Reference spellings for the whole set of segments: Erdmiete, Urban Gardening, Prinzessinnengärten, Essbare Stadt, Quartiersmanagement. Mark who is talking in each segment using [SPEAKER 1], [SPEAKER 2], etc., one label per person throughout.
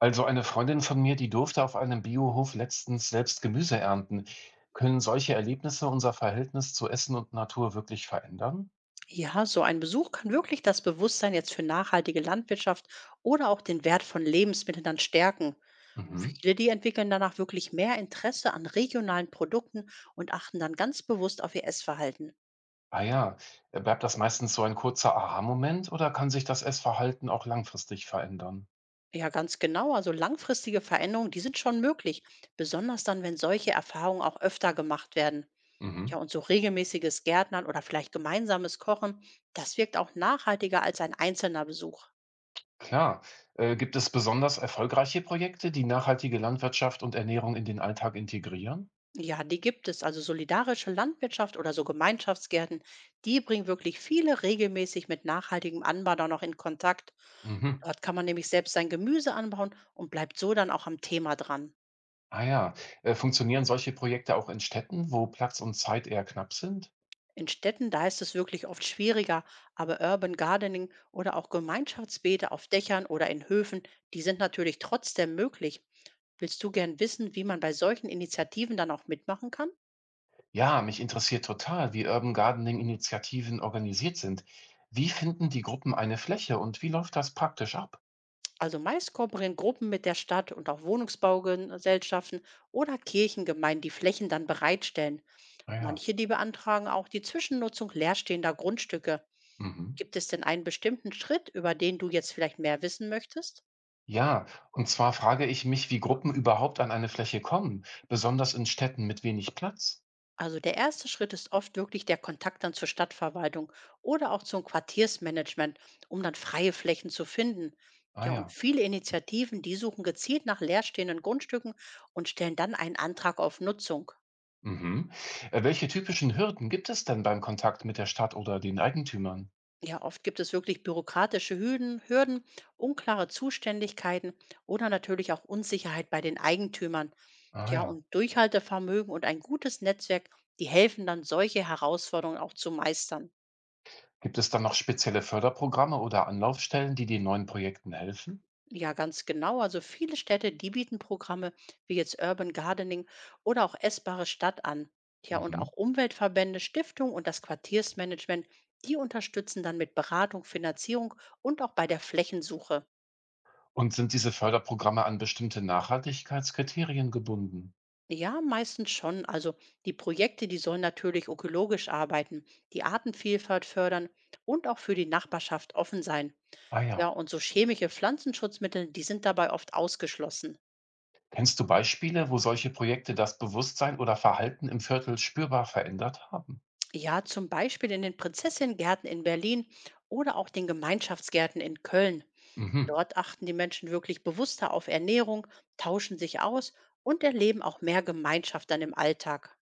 [SPEAKER 1] Also eine Freundin von mir, die durfte auf einem Biohof letztens selbst Gemüse ernten. Können solche Erlebnisse unser Verhältnis zu Essen und Natur wirklich verändern?
[SPEAKER 2] Ja, so ein Besuch kann wirklich das Bewusstsein jetzt für nachhaltige Landwirtschaft oder auch den Wert von Lebensmitteln dann stärken.
[SPEAKER 1] Mhm.
[SPEAKER 2] Viele, die entwickeln danach wirklich mehr Interesse an regionalen Produkten und achten dann ganz bewusst auf ihr Essverhalten.
[SPEAKER 1] Ah ja. Bleibt das meistens so ein kurzer Aha-Moment oder kann sich das Essverhalten auch langfristig verändern?
[SPEAKER 2] Ja, ganz genau. Also langfristige Veränderungen, die sind schon möglich, besonders dann, wenn solche Erfahrungen auch öfter gemacht werden. Ja,
[SPEAKER 1] Mhm.
[SPEAKER 2] und so regelmäßiges Gärtnern oder vielleicht gemeinsames Kochen, das wirkt auch nachhaltiger als ein einzelner Besuch.
[SPEAKER 1] Klar. Gibt es besonders erfolgreiche Projekte, die nachhaltige Landwirtschaft und Ernährung in den Alltag integrieren?
[SPEAKER 2] Ja, die gibt es. Also solidarische Landwirtschaft oder so Gemeinschaftsgärten, die bringen wirklich viele regelmäßig mit nachhaltigem Anbau dann noch in Kontakt.
[SPEAKER 1] Mhm.
[SPEAKER 2] Dort kann man nämlich selbst sein Gemüse anbauen und bleibt so dann auch am Thema dran.
[SPEAKER 1] Ah ja. Funktionieren solche Projekte auch in Städten, wo Platz und Zeit eher knapp sind?
[SPEAKER 2] In Städten, da ist es wirklich oft schwieriger, aber Urban Gardening oder auch Gemeinschaftsbeete auf Dächern oder in Höfen, die sind natürlich trotzdem möglich. Willst du gern wissen, wie man bei solchen Initiativen dann auch mitmachen kann?
[SPEAKER 1] Ja, mich interessiert total, wie Urban Gardening-Initiativen organisiert sind. Wie finden die Gruppen eine Fläche und wie läuft das praktisch ab?
[SPEAKER 2] Also meist kooperieren Gruppen mit der Stadt und auch Wohnungsbaugesellschaften oder Kirchengemeinden, die Flächen dann bereitstellen.
[SPEAKER 1] Ah ja.
[SPEAKER 2] Manche, die beantragen auch die Zwischennutzung leerstehender Grundstücke.
[SPEAKER 1] Mhm.
[SPEAKER 2] Gibt es denn einen bestimmten Schritt, über den du jetzt vielleicht mehr wissen möchtest?
[SPEAKER 1] Ja, und zwar frage ich mich, wie Gruppen überhaupt an eine Fläche kommen, besonders in Städten mit wenig Platz.
[SPEAKER 2] Also der erste Schritt ist oft wirklich der Kontakt dann zur Stadtverwaltung oder auch zum Quartiersmanagement, um dann freie Flächen zu finden.
[SPEAKER 1] Ah
[SPEAKER 2] Ja, und
[SPEAKER 1] ja.
[SPEAKER 2] viele Initiativen, die suchen gezielt nach leerstehenden Grundstücken und stellen dann einen Antrag auf Nutzung.
[SPEAKER 1] Mhm. Welche typischen Hürden gibt es denn beim Kontakt mit der Stadt oder den Eigentümern?
[SPEAKER 2] Ja, oft gibt es wirklich bürokratische Hürden, unklare Zuständigkeiten oder natürlich auch Unsicherheit bei den Eigentümern.
[SPEAKER 1] Ah
[SPEAKER 2] Ja,
[SPEAKER 1] ja.
[SPEAKER 2] und Durchhaltevermögen und ein gutes Netzwerk, die helfen dann, solche Herausforderungen auch zu meistern.
[SPEAKER 1] Gibt es dann noch spezielle Förderprogramme oder Anlaufstellen, die den neuen Projekten helfen?
[SPEAKER 2] Ja, ganz genau. Also viele Städte, die bieten Programme wie jetzt Urban Gardening oder auch Essbare Stadt an. Ja, und
[SPEAKER 1] Mhm.
[SPEAKER 2] auch Umweltverbände, Stiftungen und das Quartiersmanagement, die unterstützen dann mit Beratung, Finanzierung und auch bei der Flächensuche.
[SPEAKER 1] Und sind diese Förderprogramme an bestimmte Nachhaltigkeitskriterien gebunden?
[SPEAKER 2] Ja, meistens schon. Also die Projekte, die sollen natürlich ökologisch arbeiten, die Artenvielfalt fördern und auch für die Nachbarschaft offen sein.
[SPEAKER 1] Ah
[SPEAKER 2] Ja,
[SPEAKER 1] ja.
[SPEAKER 2] und so chemische Pflanzenschutzmittel, die sind dabei oft ausgeschlossen.
[SPEAKER 1] Kennst du Beispiele, wo solche Projekte das Bewusstsein oder Verhalten im Viertel spürbar verändert haben?
[SPEAKER 2] Ja, zum Beispiel in den Prinzessinnengärten in Berlin oder auch den Gemeinschaftsgärten in Köln.
[SPEAKER 1] Mhm.
[SPEAKER 2] Dort achten die Menschen wirklich bewusster auf Ernährung, tauschen sich aus und erleben auch mehr Gemeinschaft dann im Alltag.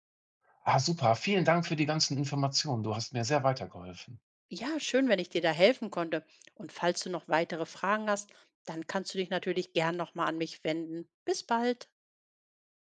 [SPEAKER 1] Ah, super. Vielen Dank für die ganzen Informationen. Du hast mir sehr weitergeholfen.
[SPEAKER 2] Ja, schön, wenn ich dir da helfen konnte. Und falls du noch weitere Fragen hast, dann kannst du dich natürlich gern nochmal an mich wenden. Bis bald.